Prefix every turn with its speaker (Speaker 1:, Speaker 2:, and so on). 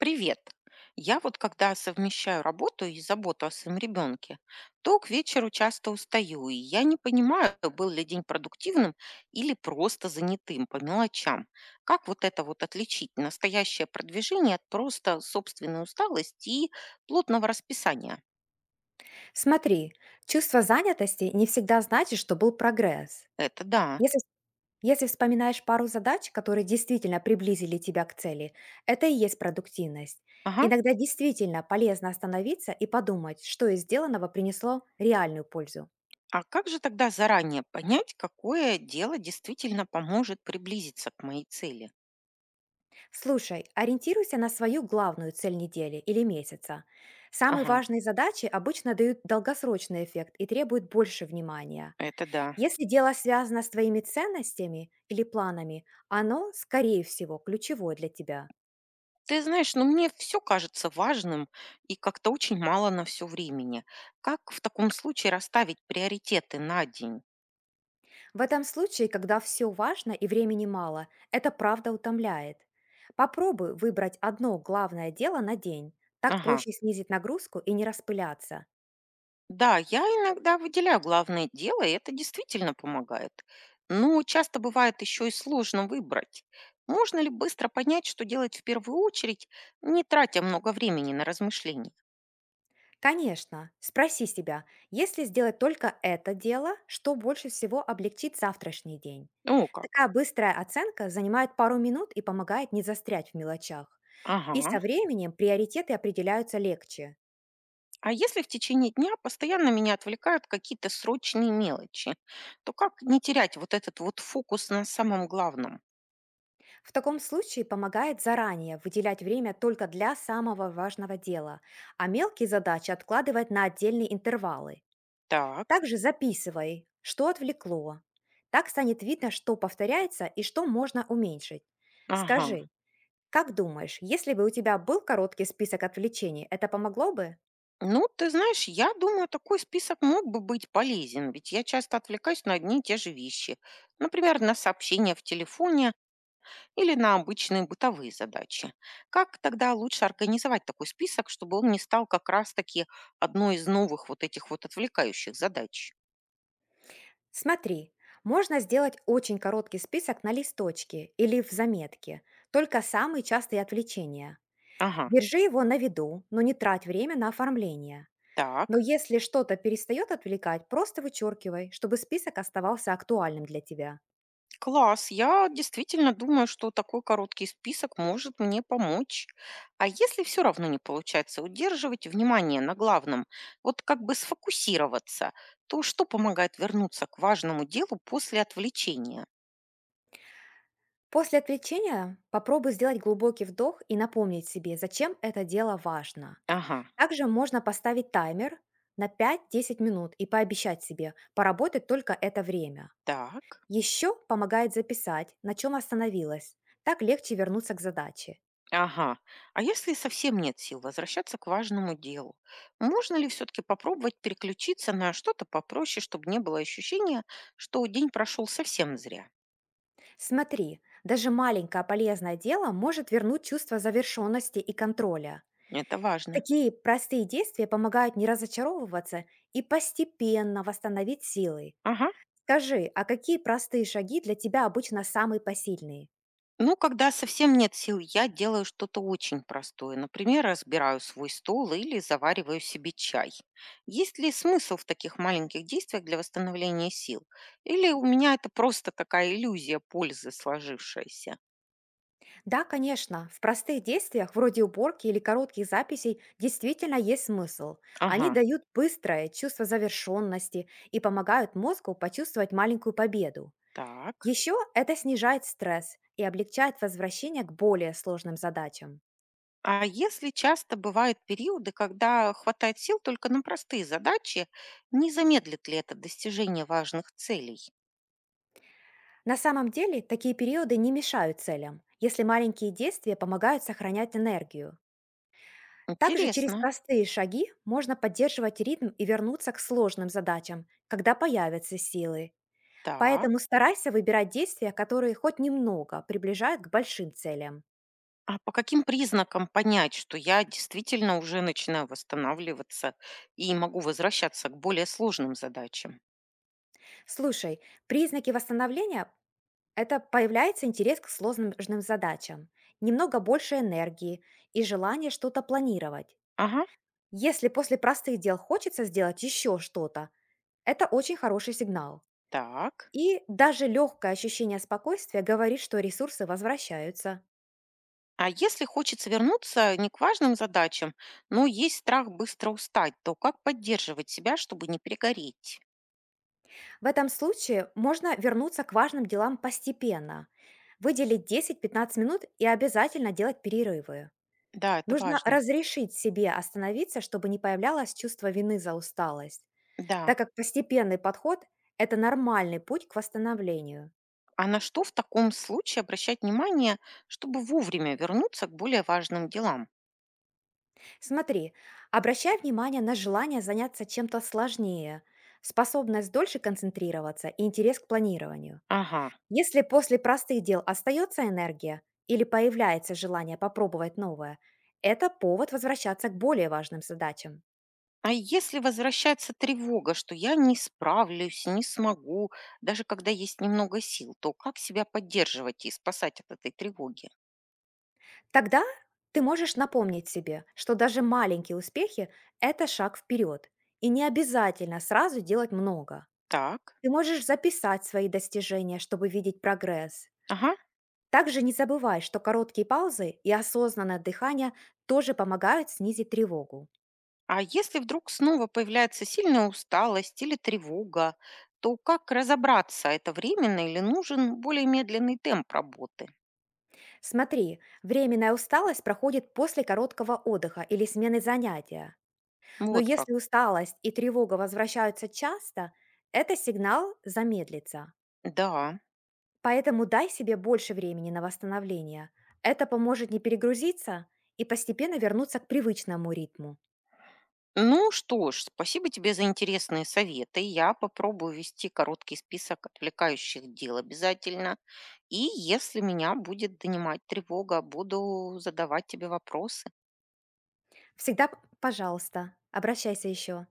Speaker 1: Привет. Я вот когда совмещаю работу и заботу о своем ребенке, то к вечеру часто устаю, и я не понимаю, был ли день продуктивным или просто занятым по мелочам. Как вот это вот отличить настоящее продвижение от просто собственной усталости и плотного расписания?
Speaker 2: Смотри, чувство занятости не всегда значит, что был прогресс.
Speaker 1: Это да.
Speaker 2: Если, если вспоминаешь пару задач, которые действительно приблизили тебя к цели, это и есть продуктивность.
Speaker 1: Ага.
Speaker 2: Иногда действительно полезно остановиться и подумать, что из сделанного принесло реальную пользу.
Speaker 1: А как же тогда заранее понять, какое дело действительно поможет приблизиться к моей цели?
Speaker 2: Слушай, ориентируйся на свою главную цель недели или месяца. Самые
Speaker 1: Ага,
Speaker 2: важные задачи обычно дают долгосрочный эффект и требуют больше внимания.
Speaker 1: это да.
Speaker 2: Если дело связано с твоими ценностями или планами, оно, скорее всего, ключевое для тебя.
Speaker 1: Ты знаешь, ну мне все кажется важным и как-то очень мало на все времени. Как в таком случае расставить приоритеты на день?
Speaker 2: В этом случае, когда все важно и времени мало, это правда утомляет. Попробуй выбрать одно главное дело на день. Так
Speaker 1: Ага.
Speaker 2: проще снизить нагрузку и не распыляться.
Speaker 1: Да, я иногда выделяю главное дело, и это действительно помогает. Но часто бывает еще и сложно выбрать. Можно ли быстро понять, что делать в первую очередь, не тратя много времени на размышления?
Speaker 2: Конечно, спроси себя, если сделать только это дело, что больше всего облегчит завтрашний день.
Speaker 1: О, как.
Speaker 2: Такая быстрая оценка занимает пару минут и помогает не застрять в мелочах. И
Speaker 1: Ага.
Speaker 2: со временем приоритеты определяются легче.
Speaker 1: А если в течение дня постоянно меня отвлекают какие-то срочные мелочи, то как не терять вот этот вот фокус на самом главном?
Speaker 2: В таком случае помогает заранее выделять время только для самого важного дела, а мелкие задачи откладывать на отдельные интервалы.
Speaker 1: Так,
Speaker 2: Также записывай, что отвлекло. Так станет видно, что повторяется и что можно уменьшить.
Speaker 1: ага.
Speaker 2: Скажи, как думаешь, если бы у тебя был короткий список отвлечений, это помогло бы?
Speaker 1: Ну, ты знаешь, я думаю, такой список мог бы быть полезен, ведь я часто отвлекаюсь на одни и те же вещи. Например, на сообщения в телефоне или на обычные бытовые задачи. Как тогда лучше организовать такой список, чтобы он не стал как раз-таки одной из новых вот этих вот отвлекающих задач?
Speaker 2: Смотри, можно сделать очень короткий список на листочке или в заметке, только самые частые отвлечения.
Speaker 1: Ага,
Speaker 2: Держи его на виду, но не трать время на оформление. Но
Speaker 1: так.
Speaker 2: если что-то перестает отвлекать, просто вычеркивай, чтобы список оставался актуальным для тебя.
Speaker 1: Класс. Я действительно думаю, что такой короткий список может мне помочь. А если все равно не получается удерживать внимание на главном, вот как бы сфокусироваться, то что помогает вернуться к важному делу после отвлечения?
Speaker 2: После отвлечения попробуй сделать глубокий вдох и напомнить себе, зачем это дело важно.
Speaker 1: Ага,
Speaker 2: Также можно поставить таймер на пять-десять минут и пообещать себе поработать только это время.
Speaker 1: так.
Speaker 2: Еще помогает записать, на чем остановилась. Так легче вернуться к задаче.
Speaker 1: Ага. А если совсем нет сил возвращаться к важному делу, можно ли все-таки попробовать переключиться на что-то попроще, чтобы не было ощущения, что день прошел совсем зря?
Speaker 2: Смотри, даже маленькое полезное дело может вернуть чувство завершенности и контроля.
Speaker 1: Это важно.
Speaker 2: Такие простые действия помогают не разочаровываться и постепенно восстановить силы.
Speaker 1: Ага.
Speaker 2: Скажи, а какие простые шаги для тебя обычно самые посильные?
Speaker 1: Ну, когда совсем нет сил, я делаю что-то очень простое. Например, разбираю свой стол или завариваю себе чай. Есть ли смысл в таких маленьких действиях для восстановления сил? Или у меня это просто такая иллюзия пользы сложившаяся?
Speaker 2: Да, конечно, в простых действиях, вроде уборки или коротких записей, действительно есть смысл. Они
Speaker 1: Ага,
Speaker 2: дают быстрое чувство завершенности и помогают мозгу почувствовать маленькую победу.
Speaker 1: так.
Speaker 2: Еще это снижает стресс и облегчает возвращение к более сложным задачам.
Speaker 1: А если часто бывают периоды, когда хватает сил только на простые задачи, не замедлит ли это достижение важных целей?
Speaker 2: На самом деле, такие периоды не мешают целям, если маленькие действия помогают сохранять энергию. Также через
Speaker 1: Интересно.
Speaker 2: простые шаги можно поддерживать ритм и вернуться к сложным задачам, когда появятся силы. Поэтому
Speaker 1: Так.
Speaker 2: старайся выбирать действия, которые хоть немного приближают к большим целям.
Speaker 1: А по каким признакам понять, что я действительно уже начинаю восстанавливаться и могу возвращаться к более сложным задачам?
Speaker 2: Слушай, признаки восстановления — это появляется интерес к сложным задачам, немного больше энергии и желание что-то планировать.
Speaker 1: Ага,
Speaker 2: Если после простых дел хочется сделать еще что-то, это очень хороший сигнал.
Speaker 1: так.
Speaker 2: И даже легкое ощущение спокойствия говорит, что ресурсы возвращаются.
Speaker 1: А если хочется вернуться не к важным задачам, но есть страх быстро устать, то как поддерживать себя, чтобы не перегореть?
Speaker 2: В этом случае можно вернуться к важным делам постепенно, выделить 10-15 минут и обязательно делать перерывы.
Speaker 1: Да, это
Speaker 2: Нужно
Speaker 1: важно.
Speaker 2: разрешить себе остановиться, чтобы не появлялось чувство вины за усталость,
Speaker 1: Да.
Speaker 2: так как постепенный подход — это нормальный путь к восстановлению.
Speaker 1: А на что в таком случае обращать внимание, чтобы вовремя вернуться к более важным делам?
Speaker 2: Смотри, обращай внимание на желание заняться чем-то сложнее, способность дольше концентрироваться и интерес к планированию.
Speaker 1: Ага.
Speaker 2: Если после простых дел остается энергия или появляется желание попробовать новое, это повод возвращаться к более важным задачам.
Speaker 1: А если возвращается тревога, что я не справлюсь, не смогу, даже когда есть немного сил, то как себя поддерживать и спасать от этой тревоги?
Speaker 2: Тогда ты можешь напомнить себе, что даже маленькие успехи — это шаг вперед, и не обязательно сразу делать много.
Speaker 1: Так,
Speaker 2: Ты можешь записать свои достижения, чтобы видеть прогресс.
Speaker 1: ага.
Speaker 2: Также не забывай, что короткие паузы и осознанное дыхание тоже помогают снизить тревогу.
Speaker 1: А если вдруг снова появляется сильная усталость или тревога, то как разобраться, это временно или нужен более медленный темп работы?
Speaker 2: Смотри, временная усталость проходит после короткого отдыха или смены занятия. Но
Speaker 1: Вот как.
Speaker 2: если усталость и тревога возвращаются часто, это сигнал замедлиться.
Speaker 1: Да.
Speaker 2: Поэтому дай себе больше времени на восстановление. Это поможет не перегрузиться и постепенно вернуться к привычному ритму.
Speaker 1: Ну что ж, спасибо тебе за интересные советы. Я попробую вести короткий список отвлекающих дел обязательно. И если меня будет донимать тревога, буду задавать тебе вопросы.
Speaker 2: Всегда, пожалуйста, обращайся еще.